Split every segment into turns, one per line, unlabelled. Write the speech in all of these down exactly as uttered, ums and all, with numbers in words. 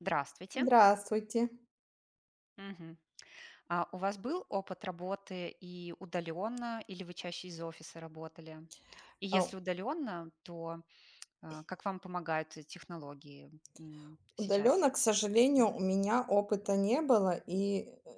Здравствуйте.
Здравствуйте.
Мгм. А у вас был опыт работы и удаленно, или вы чаще из офиса работали? И
А,
если удаленно, то а, как вам помогают э, технологии м, сейчас,
Удаленно, к сожалению, у
Мгм.
меня опыта не было. И, э,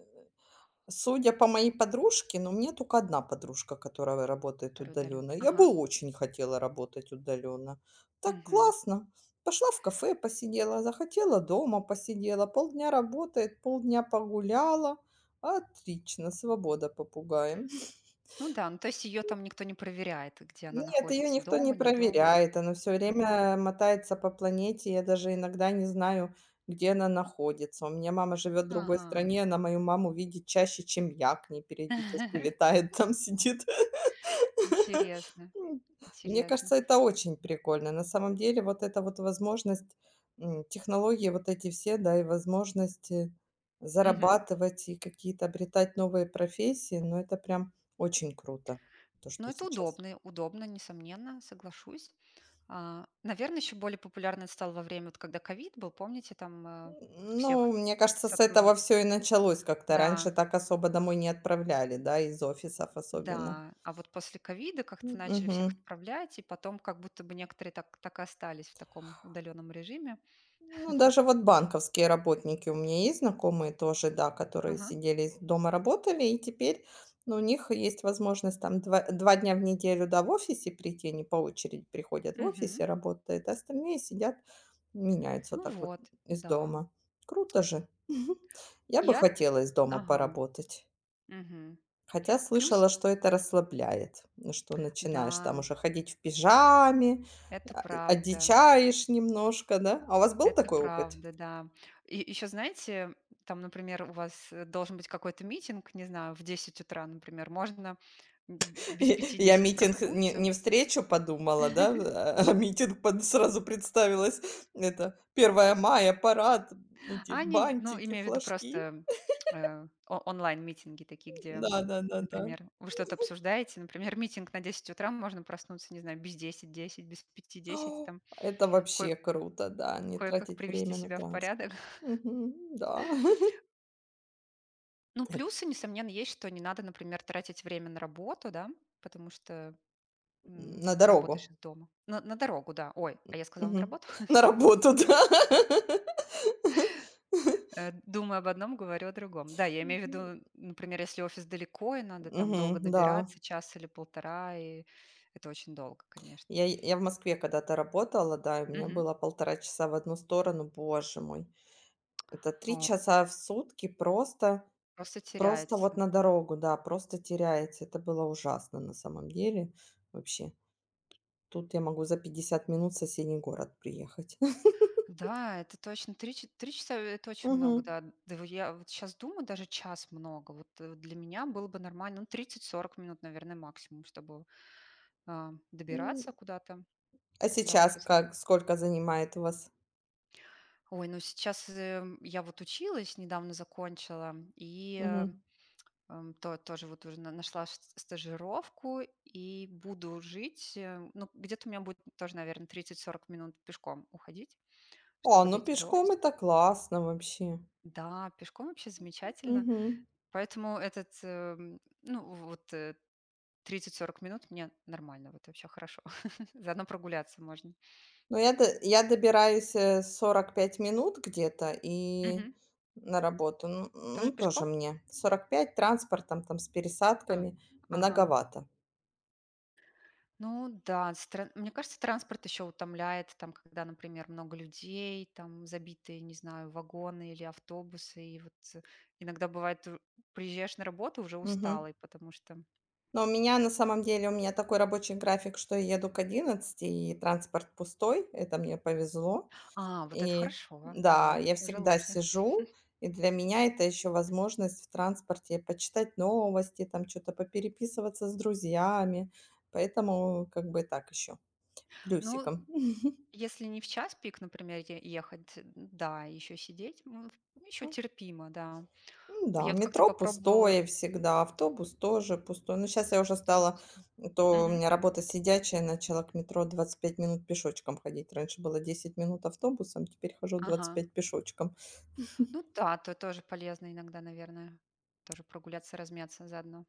судя по моей подружке, но у меня только одна подружка, которая работает
Которые удаленно?
удаленно. Я
Ага.
бы очень хотела работать удаленно. Так
Мгм.
классно! Пошла в кафе посидела, захотела дома посидела, полдня работает, полдня погуляла. Отлично, свобода попугаем.
Ну да, ну то есть ее там никто не проверяет, где она
Нет, ее
находится,
никто не
дома, не дома.
проверяет. Она все
Мгм.
время мотается по планете. Я даже иногда не знаю, где она находится. У меня мама живет в другой
Ага.
стране, она мою маму видит чаще, чем я. К ней периодически летает, там сидит.
Интересно,
М, Мне
интересно.
кажется, это очень прикольно. На самом деле, вот эта вот возможность, м, технологии вот эти все, да, и возможности
Мгм.
зарабатывать и какие-то обретать новые профессии, ну, это прям очень круто, то,
Но
что
это
сейчас.
удобно, удобно, несомненно, соглашусь. А, наверное, еще более популярный стал во время, вот когда ковид был, помните, там э, всех
Ну, мне кажется, с этого
сотрудников.
все и началось как-то. Раньше
Да,
так особо домой не отправляли, да, из офисов особенно.
да. А вот после ковида как-то
М.
начали всех
Мгм.
отправлять, и потом как будто бы некоторые так, так и остались в таком удаленном режиме.
Ну, даже вот банковские работники, у меня есть знакомые тоже, да, которые
Ага.
сидели из дома, работали, и теперь, ну, у них есть возможность там два 2 дня в неделю, да, в офисе прийти, они по очереди приходят в
Мгм.
офисе, работают, а остальные сидят, меняются
Ну
так вот
вот,
из
да.
дома. Круто же. Я бы
Я,
хотела из дома
ага.
поработать.
Мгм.
Хотя
Плюс,
слышала, что это расслабляет, ну, что начинаешь там
да,
уже ходить в пижаме,
это
а, э,
правда.
одичаешь немножко, да? А у вас был
Это
такой опыт?
правда, да. И еще, знаете, там, например, у вас э, должен быть какой-то митинг, не знаю, в десять утра, например, можно м, без
И
пяти
я
десять
митинг не
проснуться.
не встречу подумала, да, а а митинг под сразу представилась. Это первое мая, парад, эти
А не, ну,
бантики,
имею в виду
флажки.
просто э, о- онлайн-митинги такие, где,
Да-да-да-да.
например, вы что-то обсуждаете, например, митинг на десять утра, можно проснуться, не знаю, без десять десять, без пяти десять, там,
Это
кое-
вообще круто, да, не
кое-как
тратить
привести
время на
себя в
транспорт.
порядок.
Мгм, да.
Ну, плюсы, несомненно, есть, что не надо, например, тратить время на работу, да, потому что М,
На
работаешь
дорогу.
из дома. На на дорогу, да. Ой, а я сказала на
Мгм.
работу?
На работу, да.
Э, думаю об одном, говорю о другом. Да, я имею в
Мгм.
виду, например, если офис далеко и надо там долго
Мгм, да.
добираться, час или полтора, и это очень долго, конечно.
Я я в Москве когда-то работала, да, и у меня
Мгм.
было полтора часа в одну сторону. Боже мой, это три
О,
часа в сутки просто
просто
просто вот
теряется.
на дорогу, да, просто теряется. Это было ужасно на самом деле вообще. Тут я могу за пятьдесят минут в соседний город приехать.
Да, это точно. три ч Три часа — это очень много,
Мгм.
да. Да во я вот щас думаю, даже час много. Вот, э, для меня было бы нормально, ну, тридцать-сорок минут, наверное, максимум, чтобы, а,
М,
добираться куда-то
а
до
сейчас
офиса.
как, сколько занимает у вас?
Ой, ну сейчас, эм, я вот училась, недавно закончила, и, э,
Мгм.
эм, то тоже вот уже на нашла ст стажировку и буду жить, э, ну, где-то у меня будет тоже, наверное тридцать сорок минут пешком уходить,
А,
чтобы
ну
дойти до
пешком
офиса.
это классно вообще.
Да, пешком вообще замечательно.
Мгм.
Поэтому этот, эм, ну, вот, э, тридцать-сорок минут мне нормально, вот вообще хорошо. Заодно прогуляться можно.
Ну, я до я добираюсь, э, сорок пять минут где-то и
Мгм.
на работу. Ну
Тоже
ну, тоже
пешком?
мне сорок пять транспортом, там, с
А,
пересадками
ага.
многовато.
Ну да, стра- мне кажется, транспорт еще утомляет, там, когда, например, много людей, там забитые, не знаю, вагоны или автобусы, и вот э, иногда бывает, э, приезжаешь на работу уже
Мгм.
усталый, потому что...
Но у меня, на самом деле, у меня такой рабочий график, что я еду к одиннадцати и транспорт пустой. Это мне повезло.
А, вот это
И
хорошо,
да,
да,
я
уже
всегда
лучше.
сижу, и для меня это еще возможность в транспорте почитать новости, там что то попереписываться с друзьями. Поэтому как бы так еще.
Ну,
Плюсиком.
если не в час пик, например, е- ехать, э, да, еще сидеть, ну, еще
Мгм.
терпимо, да.
Ну
А
да,
я вот как-то
метро
попробовала
пустое всегда, автобус тоже пустой. Но сейчас я уже
тоже...
стала,
пос-
м, то у
Мгм.
меня работа сидячая, начала к метро двадцать пять минут пешочком ходить. Раньше было десять минут автобусом, теперь хожу двадцать
Ага.
пять пешочком.
Ну да, то тоже полезно иногда, наверное, тоже прогуляться, размяться заодно.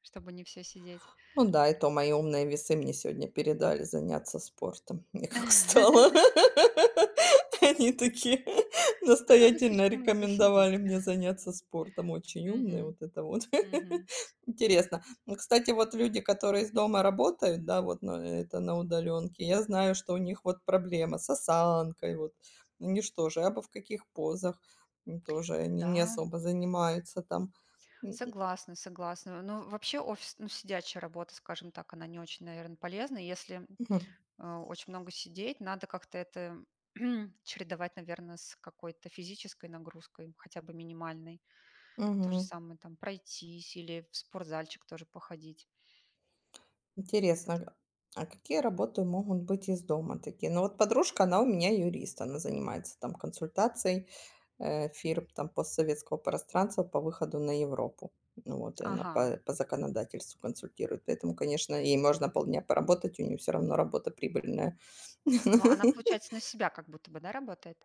Чтобы не все сидеть.
Ну да, это мои умные весы мне сегодня передали заняться спортом. Я как устала. Они такие
Это вы
настоятельно
слишком много
рекомендовали
сидите.
мне заняться спортом. Очень умные,
Мгм,
вот это вот.
мгм.
Интересно. Ну, кстати, вот люди, которые из дома работают, да, вот на- это на удаленке, я знаю, что у них вот проблема с осанкой, вот. Ну, они что же, абы в каких позах, м, тоже они не
Да,
особо занимаются там. М,
согласна, согласна. Ну, вообще офис, ну, сидячая работа, скажем так, она не очень, наверное, полезна. Если,
мгм.
э, очень много сидеть, надо как-то это чередовать, наверное, с какой-то физической нагрузкой, хотя бы минимальной. То же
Мгм.
самое там пройтись или в спортзальчик тоже походить.
Интересно,
Потом.
а какие работы могут быть из дома такие? Ну, вот подружка, она у меня юрист, она занимается там консультацией, э, фирм там постсоветского пространства по выходу на Европу. Ну вот, и она
Ага.
по по законодательству консультирует. Поэтому, конечно, ей можно полдня поработать, у нее все равно работа прибыльная.
Но она, получается, на себя как будто бы, да, работает?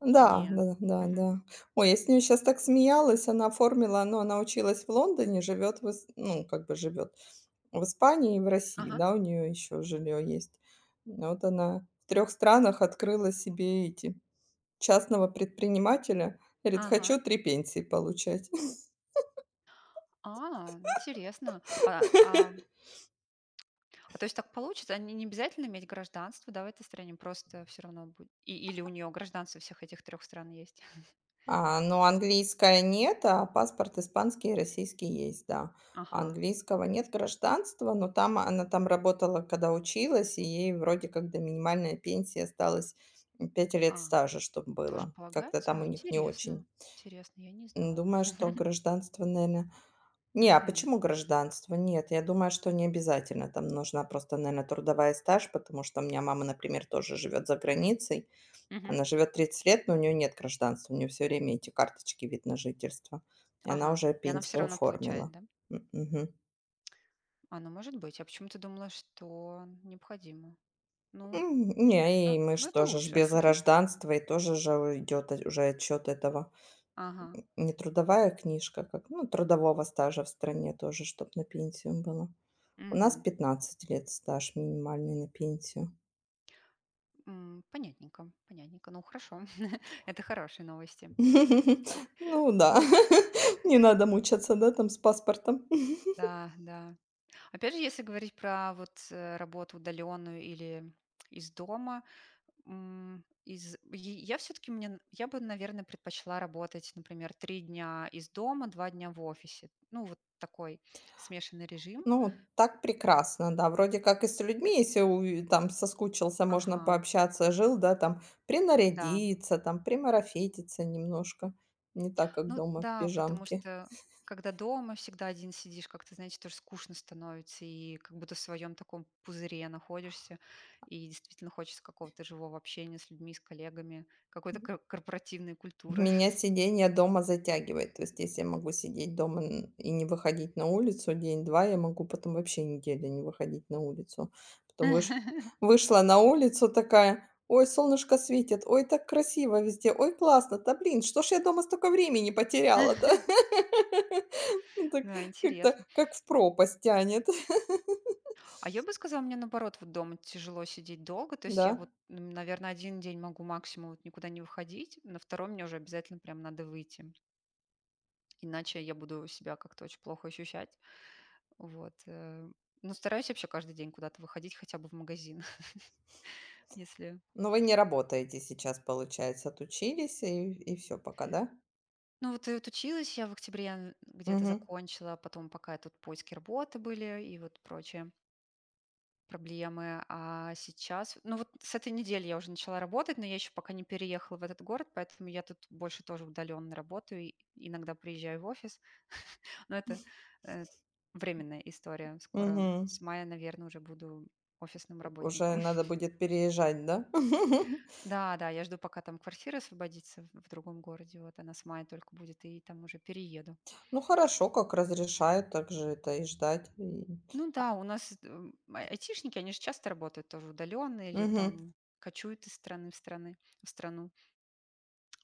Да,
Не.
да, да,
Мгм.
да. Ой, я с ней сейчас так смеялась, она оформила, ну, она училась в Лондоне, живет, ну, как бы живет. В Испании и в России,
Ага,
да, у нее еще жилье есть. Вот она в трех странах открыла себе эти частного предпринимателя. Говорит:
ага.
«Хочу три пенсии получать».
А, интересно. А, а, а то есть так получится, они не, не обязательно иметь гражданство, да, в этой стране, просто все равно будет. И, или у нее гражданство всех этих трех стран есть.
А, ну, английская нет, а паспорт испанский и российский есть, да.
Ага.
Английского нет, гражданства, но там она там работала, когда училась, и ей вроде как до минимальной пенсии осталось, м, лет
А,
стажа, чтобы
тоже
было. Как-то
полагается?
там у
О,
них не
интересно.
очень.
Интересно, я не
М,
знала.
думаю, что гражданство, наверное Не, а
Мгм.
почему гражданство? Нет, я думаю, что не обязательно. Там нужна просто, наверное, трудовая стаж, потому что у меня мама, например, тоже живет за границей.
Мгм.
Она живет тридцать лет, но у нее нет гражданства, у нее все время эти карточки вид на жительство. И она
Ага.
уже
И она все
пенсию
равно получает,
оформила.
да?
М, мгм.
А, ну может быть. Я почему-то думала, что необходимо. Ну,
М, Не,
а,
и мы
ну это
что же тоже ж
лучше.
без гражданства, и тоже же идет уже отчет этого.
Ага.
М, Не трудовая книжка, как, ну, трудового стажа в стране тоже, чтобы на пенсию было. У нас
Мгм.
пятнадцать лет стаж минимальный на пенсию.
М, Понятненько, понятненько. Ну хорошо, это хорошие новости.
Ну
Ну
да,
вот,
не надо мучаться, да, там с паспортом.
да, да. Опять же, если говорить про вот, э, работу удаленную или из дома, м, из е я все таки мне н я бы, наверное, предпочла работать, например, три дня из дома, два дня в офисе. Ну, вот такой смешанный режим.
Ну, вот так прекрасно, да. Вроде как и с людьми, если у там соскучился, можно
Ага,
пообщаться, жил, да, там
да.
принарядиться, там примарафетиться немножко. Не так, как
Ну
дома в
да, потому
пижамке.
что когда дома всегда один сидишь, как-то, знаете, тоже скучно становится, и как будто в своем таком пузыре находишься, и действительно хочется какого-то живого общения с людьми, с коллегами, какой-то кор корпоративной культуры.
Меня сидение дома затягивает. То есть, если я могу сидеть дома н- и не выходить на улицу день-два, я могу потом вообще неделю не выходить на улицу. Потом выш- вышла на улицу такая, ой, солнышко светит, ой, так красиво везде, ой, классно, да блин, что ж я дома столько времени потеряла-то? Ну, так
Да,
как-то
интересно.
как в пропасть тянет.
А я бы сказала, мне наоборот, вот дома тяжело сидеть долго. То есть я вот,
Да.
наверное, один день могу максимум вот никуда не выходить, на второй мне уже обязательно прям надо выйти. Иначе я буду себя как-то очень плохо ощущать. Вот. э. Но стараюсь вообще каждый день куда-то выходить, хотя бы в магазин, если...
Но вы не работаете сейчас, получается, отучились и, и все пока, да?
Ну вот и вот училась я в октябре, а, где-то
Угу.
закончила, а потом пока тут поиски работы были и вот прочее. Проблемы. А сейчас, ну вот с этой недели я уже начала работать, но я еще пока не переехала в этот город, поэтому я тут больше тоже удаленно работаю, и иногда приезжаю в офис. Но это э, временная история. Скоро
Угу.
с мая, наверное, уже буду офисным
Уже
работником.
надо будет переезжать, да?
Да, да, я жду, пока там квартира освободится в в другом городе. Вот она с мая только будет, и там уже перееду.
Ну, хорошо, как разрешают, так же это и ждать. И
Ну да, у нас э, м, ай- айтишники, они же часто работают тоже удаленно или
мгм.
там кочуют из страны в страны, в страну.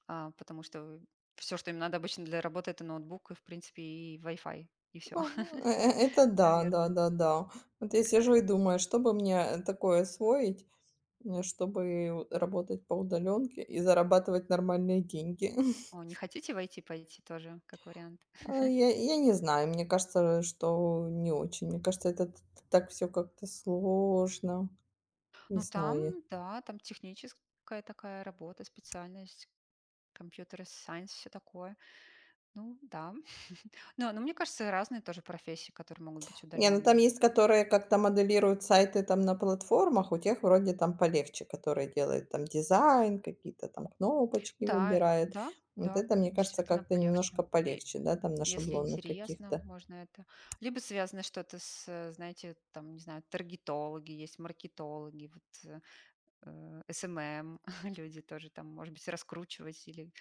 а, потому что все, что им надо обычно для работы, это ноутбук и, в принципе, и Wi-Fi, и
Ну,
все,
э э это да,
наверное.
да-да-да. Вот я сижу и думаю, что бы мне такое освоить, э, чтобы у- работать по удаленке и зарабатывать нормальные деньги.
О, не хотите войти, пойти тоже, как вариант?
А, я я не знаю, мне кажется, что не очень. Мне кажется, это т так все как-то сложно. Не
Ну,
знаю.
там, да, там техническая такая работа, специальность, компьютер сайенс, все такое. Ну, да. Но, но мне кажется, разные тоже профессии, которые могут быть
Не, ну там
удаленными.
есть, которые как-то моделируют сайты там на платформах, у тех вроде там полегче, которые делают там дизайн, какие-то там кнопочки
Да,
выбирают.
да,
Вот
да,
это,
и
мне кажется,
действительно
как-то
полегче.
немножко
Я-
полегче, да, там на
Если
шаблонных
интересно,
каких-то.
можно это. Либо связано что-то с, э, знаете, там, не знаю, таргетологи есть, маркетологи, вот э, S M M, люди тоже там, может быть, раскручивать или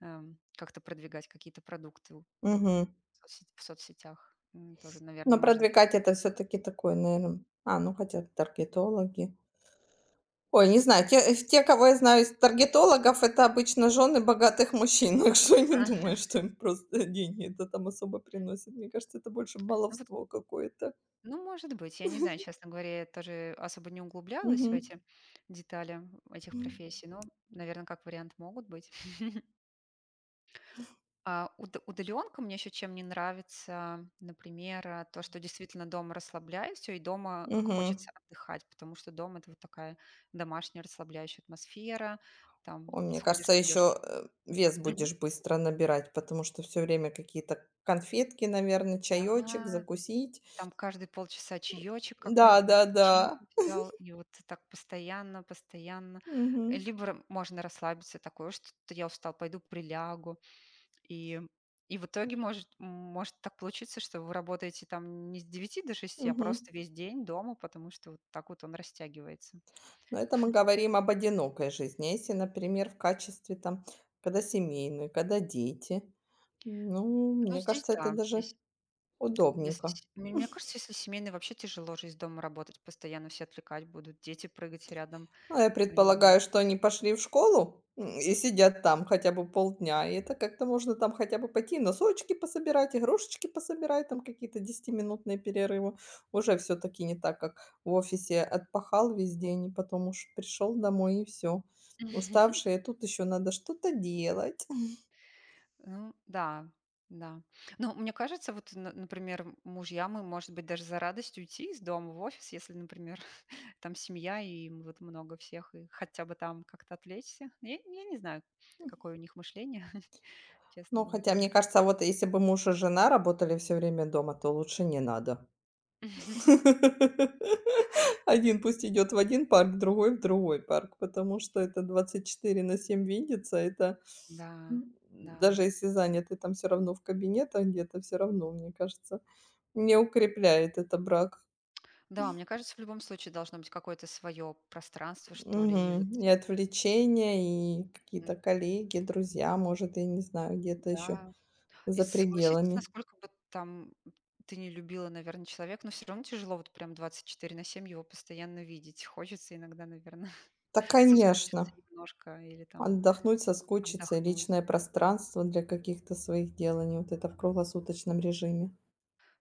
эм, как-то продвигать какие-то продукты у-
Мгм.
в соцсет- в соцсетях. М, Тоже, наверное,
Но
может быть.
продвигать это все-таки такое, наверное. А, ну хотя таргетологи. Ой, не знаю, те, э, те, кого я знаю из таргетологов, это обычно жены богатых мужчин. Так что я не думаю, что им просто деньги это там особо приносит. Мне кажется, это больше
Ну, вот,
баловство какое-то.
ну, может быть, я не знаю, честно говоря, я тоже особо не углублялась
Мгм.
в эти детали этих
М.
профессий, но, наверное, как вариант могут быть. А, уд удаленка мне еще чем не нравится, например, э, то, что действительно дома расслабляюсь, и дома
Мгм.
хочется отдыхать, потому что дом- это вот такая домашняя расслабляющая атмосфера. Там
О, мне
сходишь,
кажется,
наешь ч.
еще, э, вес
Мгм.
будешь быстро набирать, потому что все время какие-то конфетки, наверное, чаечек,
Да,
закусить.
там каждые полчаса чаечек какой-нибудь,
Да-да-да.
печеньку взял, и вот так постоянно постоянно.
Мгм.
Либо р можно расслабиться, такое: что я устал, пойду прилягу. И, и в итоге может, может так получиться, что вы работаете там не с девяти до шести, а
Мгм.
просто весь день дома, потому что вот так вот он растягивается.
Но это мы говорим об одинокой жизни. А если, например, в качестве там, когда семейные, когда дети, ну,
Ну,
мне
здесь
кажется, это
да,
даже
здесь если,
удобненько.
с- мне мне кажется, если семейный, вообще тяжело же из дома работать, постоянно все отвлекать будут, дети прыгать рядом,
А я
э, не знаю.
предполагаю, что они пошли в школу, м, и сидят там хотя бы полдня. И это как-то можно там хотя бы пойти носочки пособирать, игрушечки пособирать, там какие-то десятиминутные перерывы. Уже все таки не так, как в офисе отпахал весь день, и потом уж пришел домой и все. Уставший, и тут еще надо что-то делать.
Ну да, да. Ну, мне кажется, вот, на- например, м- мужья, мы, может быть, даже за радостью уйти из дома в офис, если, например, там семья и м- вот много всех, и хотя бы там как-то отвлечься. Я, я не знаю, какое у них мышление, честно
Ну,
говоря.
хотя, мне
Но.
кажется, вот если бы муж и жена работали все время дома, то лучше не надо. Один пусть идет в один парк, другой в другой парк, потому что это двадцать четыре на семь видеться. Это,
Да,
м,
да.
даже если заняты там все равно в кабинетах где-то, все равно, мне кажется, не укрепляет это брак.
Да, мне кажется, в любом случае должно быть какое-то свое пространство, что ли. И вот,
Мгм. И отвлечения, и
м,
какие-то коллеги, друзья, может, я не знаю, где-то еще
да. И
за
согласитесь,
пределами.
насколько бы там ты не любила, наверное, человека, но все равно тяжело вот прям двадцать четыре на семь его постоянно видеть. Хочется иногда, наверное,
Да,
соскучиться
конечно,
немножко или там
отдохнуть, соскучиться и
отдохнуть.
личное пространство для каких-то своих деланий, вот это в круглосуточном режиме.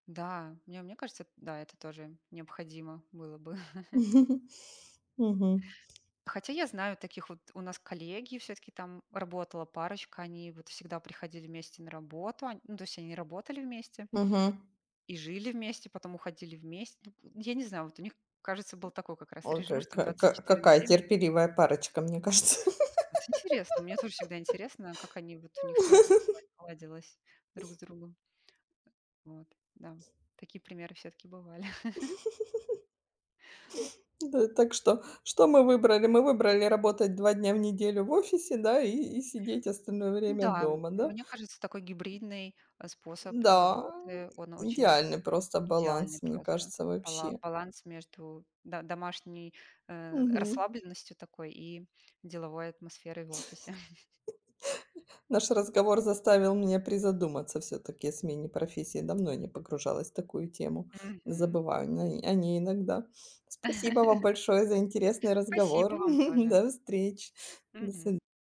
Да, мне мне кажется, да, это тоже необходимо было бы.
Мгм. Мгм.
Хотя я знаю таких вот у нас коллеги все таки там работала парочка, они вот всегда приходили вместе на работу, они ну, то есть они работали вместе
Мгм.
и жили вместе, потом уходили вместе. Ну, я не знаю, вот у них, кажется, был такой как раз
Ой, ка
режим, что
ка ка
двадцать четыре на
какая
семь
терпеливая парочка, мне кажется.
Вот интересно, мне тоже всегда интересно, как они, вот у них все сла друг с другом. Вот, да, такие примеры все-таки бывали.
Да, так что что мы выбрали? Мы выбрали работать два дня в неделю в офисе, да, и и сидеть остальное время
да, м
дома, да?
мне кажется, такой гибридный, э, способ
Да,
работы, он очень
идеальный просто
идеальный
баланс, мне
просто.
кажется,
Бала
вообще.
баланс между да домашней, э,
Мгм.
расслабленностью такой и деловой атмосферой в офисе.
Наш разговор заставил меня призадуматься все таки о смене профессии. Давно я не погружалась в такую тему.
Мгм.
Забываю на о ней иногда. Спасибо вам большое за интересный разговор.
Спасибо вам тоже.
До встречи. До
Мгм.
свид